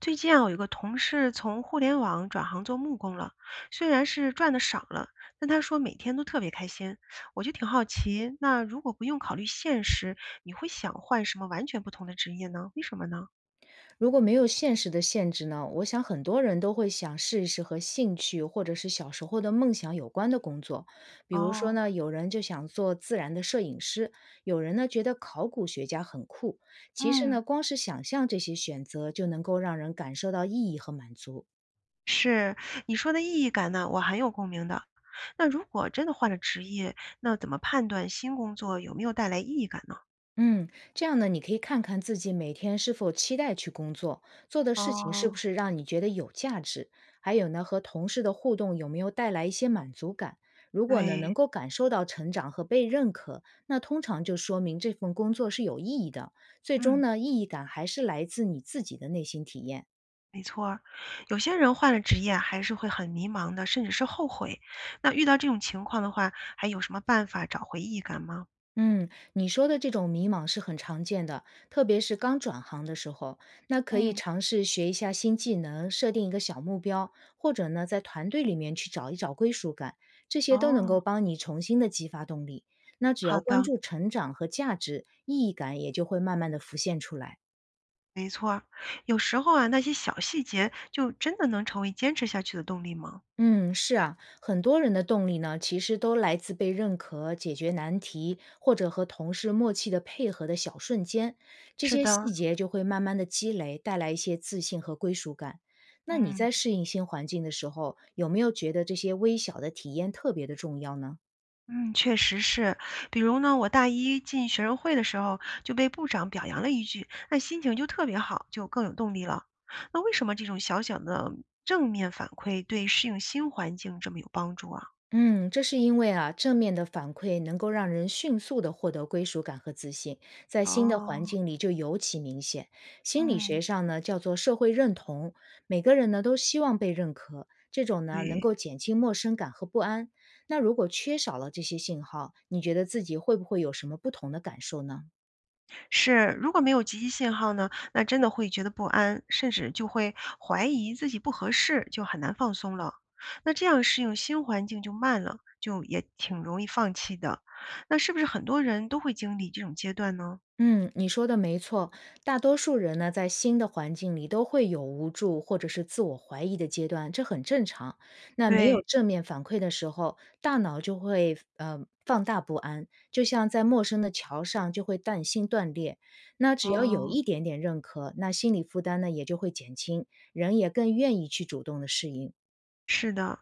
最近啊，我有个同事从互联网转行做木工了，虽然是赚的少了，但他说每天都特别开心。我就挺好奇，那如果不用考虑现实，你会想换什么完全不同的职业呢？为什么呢？如果没有现实的限制呢，我想很多人都会想试一试和兴趣或者是小时候的梦想有关的工作。比如说哦。呢，有人就想做自然的摄影师，有人呢觉得考古学家很酷。其实嗯。呢，光是想象这些选择就能够让人感受到意义和满足。是。你说的意义感呢，我很有共鸣的。那如果真的换了职业，那怎么判断新工作有没有带来意义感呢？嗯，这样呢，你可以看看自己每天是否期待去工作，做的事情是不哦。是让你觉得有价值，还有呢，和同事的互动有没有带来一些满足感。如果呢，对。能够感受到成长和被认可，那通常就说明这份工作是有意义的。最终嗯。呢，意义感还是来自你自己的内心体验。没错儿。有些人换了职业啊还是会很迷茫的，甚至是后悔。那遇到这种情况的话，还有什么办法找回意义感吗？嗯，你说的这种迷茫是很常见的，特别是刚转行的时候，那可以嗯。尝试学一下新技能，设定一个小目标，或者呢，在团队里面去找一找归属感，这些都能哦。够帮你重新的激发动力。那只好要关的。注成长和价值，意义感也就会慢慢的浮现出来。有时候啊，那些小细节就真的能成为坚持下去的动力吗？嗯，是啊，很多人的动力呢，其实都来自被认可、解决难题，或者和同事默契的配合的小瞬间，这是些的。细节就会慢慢的积累，带来一些自信和归属感。那你嗯在适应新环境的时候，有没有觉得这些微小的体验特别的重要呢？嗯，确实是。比如呢，我大一进学生会的时候就被部长表扬了一句，那心情就特别好，就更有动力了。那为什么这种小小的正面反馈对适应新环境这么有帮助啊？嗯，这是因为啊，正面的反馈能够让人迅速的获得归属感和自信，在新的环哦。境里就尤其明显。心理嗯。学上呢，叫做社会认同，每个人呢都希望被认可，这种呢能对。够减轻陌生感和不安。那如果缺少了这些信号，你觉得自己会不会有什么不同的感受呢？是。如果没有积极信号呢，那真的会觉得不安，甚至就会怀疑自己不合适，就很难放松了。那这样适应新环境就慢了，就也挺容易放弃的。那是不是很多人都会经历这种阶段呢？嗯，你说的没错，大多数人呢，在新的环境里都会有无助或者是自我怀疑的阶段，这很正常。那没对。有正面反馈的时候，大脑就会放大不安，就像在陌生的桥上就会担心断裂。那只要有哦。一点点认可，那心理负担呢也就会减轻，人也更愿意去主动的适应。是的。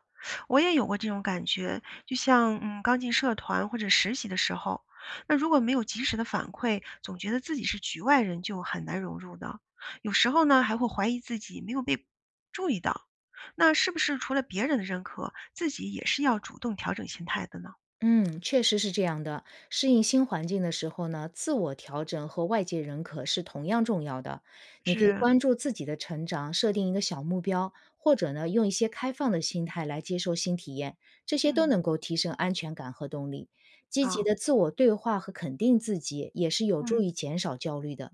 我也有过这种感觉，就像刚进社团或者实习的时候，那如果没有及时的反馈，总觉得自己是局外人，就很难融入的。有时候呢，还会怀疑自己没有被注意到。那是不是除了别人的认可，自己也是要主动调整心态的呢？嗯，确实是这样的。适应新环境的时候呢，自我调整和外界认可是同样重要的。你可以是。关注自己的成长，设定一个小目标，或者呢，用一些开放的心态来接受新体验，这些都嗯。能够提升安全感和动力。积极好。的自我对话和肯定自己，也是有助嗯。于减少焦虑的。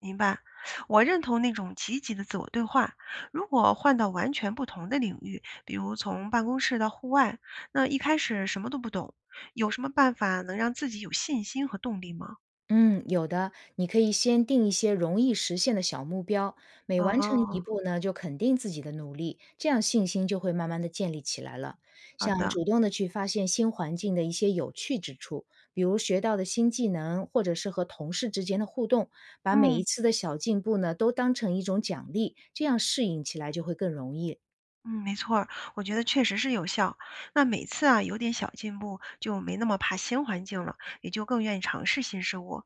明白。我认同那种积极的自我对话。如果换到完全不同的领域，比如从办公室到户外，那一开始什么都不懂，有什么办法能让自己有信心和动力吗？嗯，有的，你可以先定一些容易实现的小目标，每完成一哦。步呢，就肯定自己的努力，这样信心就会慢慢的建立起来了。好像的。主动的去发现新环境的一些有趣之处，比如学到的新技能，或者是和同事之间的互动，把每一嗯次的小进步呢，都当成一种奖励，这样适应起来就会更容易了。嗯，没错儿，我觉得确实是有效。那每次啊有点小进步，就没那么怕新环境了，也就更愿意尝试新事物。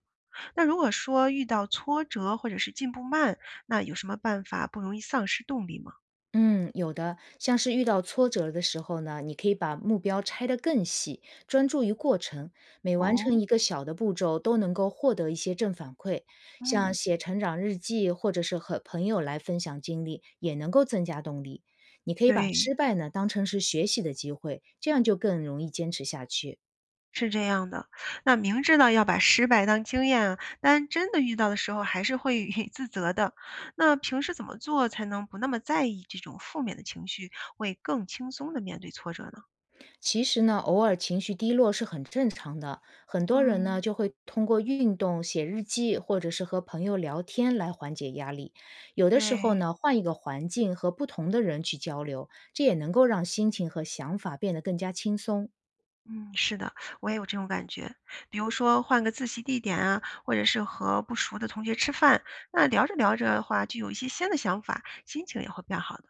那如果说遇到挫折或者是进步慢，那有什么办法不容易丧失动力吗？嗯，有的，像是遇到挫折的时候呢，你可以把目标拆得更细，专注于过程，每完哦。成一个小的步骤，都能够获得一些正反馈。像嗯。写成长日记，或者是和朋友来分享经历，也能够增加动力。你可以把对。失败呢当成是学习的机会，这样就更容易坚持下去。是这样的。那明知道要把失败当经验啊，但真的遇到的时候还是会 自责的。那平时怎么做才能不那么在意这种负面的情绪，会更轻松的面对挫折呢？其实呢，偶尔情绪低落是很正常的，很多人嗯。呢就会通过运动、写日记，或者是和朋友聊天来缓解压力。有的时候对。呢，换一个环境和不同的人去交流，这也能够让心情和想法变得更加轻松。嗯。是的，我也有这种感觉。比如说换个自习地点啊，或者是和不熟的同学吃饭，那聊着聊着的话，就有一些新的想法，心情也会变好的。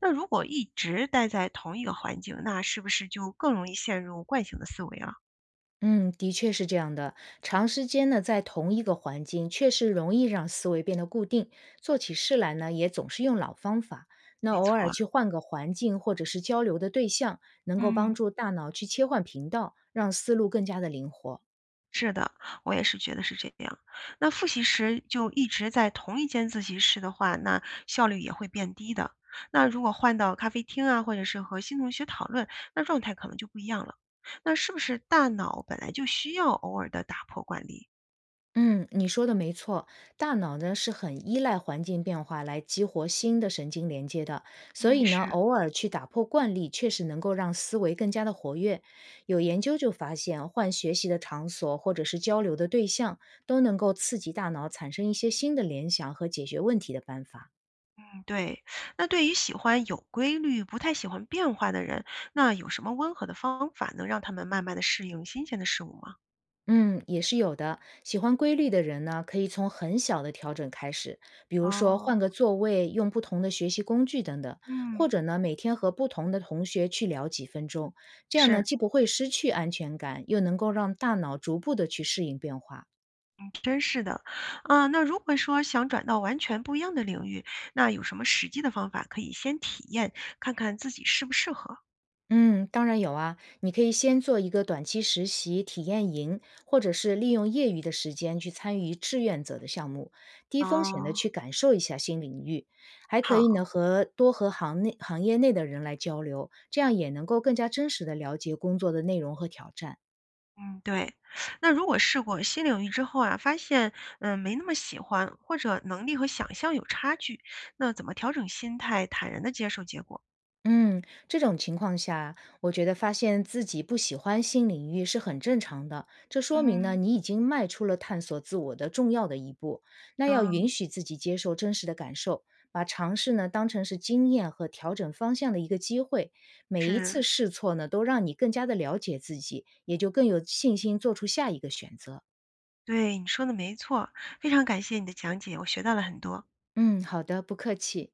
那如果一直待在同一个环境，那是不是就更容易陷入惯性的思维了？嗯，的确是这样的。长时间呢，在同一个环境，确实容易让思维变得固定，做起事来呢，也总是用老方法。那没偶尔错。去换个环境或者是交流的对象，能够帮嗯。助大脑去切换频道，让思路更加的灵活。是的，我也是觉得是这样。那复习时就一直在同一间自习室的话，那效率也会变低的。那如果换到咖啡厅啊，或者是和新同学讨论，那状态可能就不一样了。那是不是大脑本来就需要偶尔的打破惯例？嗯，你说的没错，大脑呢是很依赖环境变化来激活新的神经连接的，所嗯。以呢，是。偶尔去打破惯例，确实能够让思维更加的活跃。有研究就发现，换学习的场所或者是交流的对象，都能够刺激大脑产生一些新的联想和解决问题的办法。嗯。对。那对于喜欢有规律、不太喜欢变化的人，那有什么温和的方法能让他们慢慢的适应新鲜的事物吗？嗯，也是有的。喜欢规律的人呢，可以从很小的调整开始，比如说换个哦。座位，用不同的学习工具等等，或嗯。者呢，每天和不同的同学去聊几分钟，这样是。呢，既不会失去安全感，又能够让大脑逐步的去适应变化。嗯，真是的。啊，那如果说想转到完全不一样的领域，那有什么实际的方法可以先体验，看看自己适不适合？嗯，当然有啊，你可以先做一个短期实习体验营，或者是利用业余的时间去参与志愿者的项目，低风险的哦。去感受一下新领域，还可以好。呢和多和行内行业内的人来交流，这样也能够更加真实的了解工作的内容和挑战。嗯。对。那如果试过新领域之后啊，发现没那么喜欢，或者能力和想象有差距，那怎么调整心态，坦然的接受结果？嗯，这种情况下，我觉得发现自己不喜欢新领域是很正常的。这说明呢，嗯。你已经迈出了探索自我的重要的一步。那要允嗯。许自己接受真实的感受，把尝试呢当成是经验和调整方向的一个机会。每一是。次试错呢，都让你更加的了解自己，也就更有信心做出下一个选择。对，你说的没错，非常感谢你的讲解，我学到了很多。嗯，好的，不客气。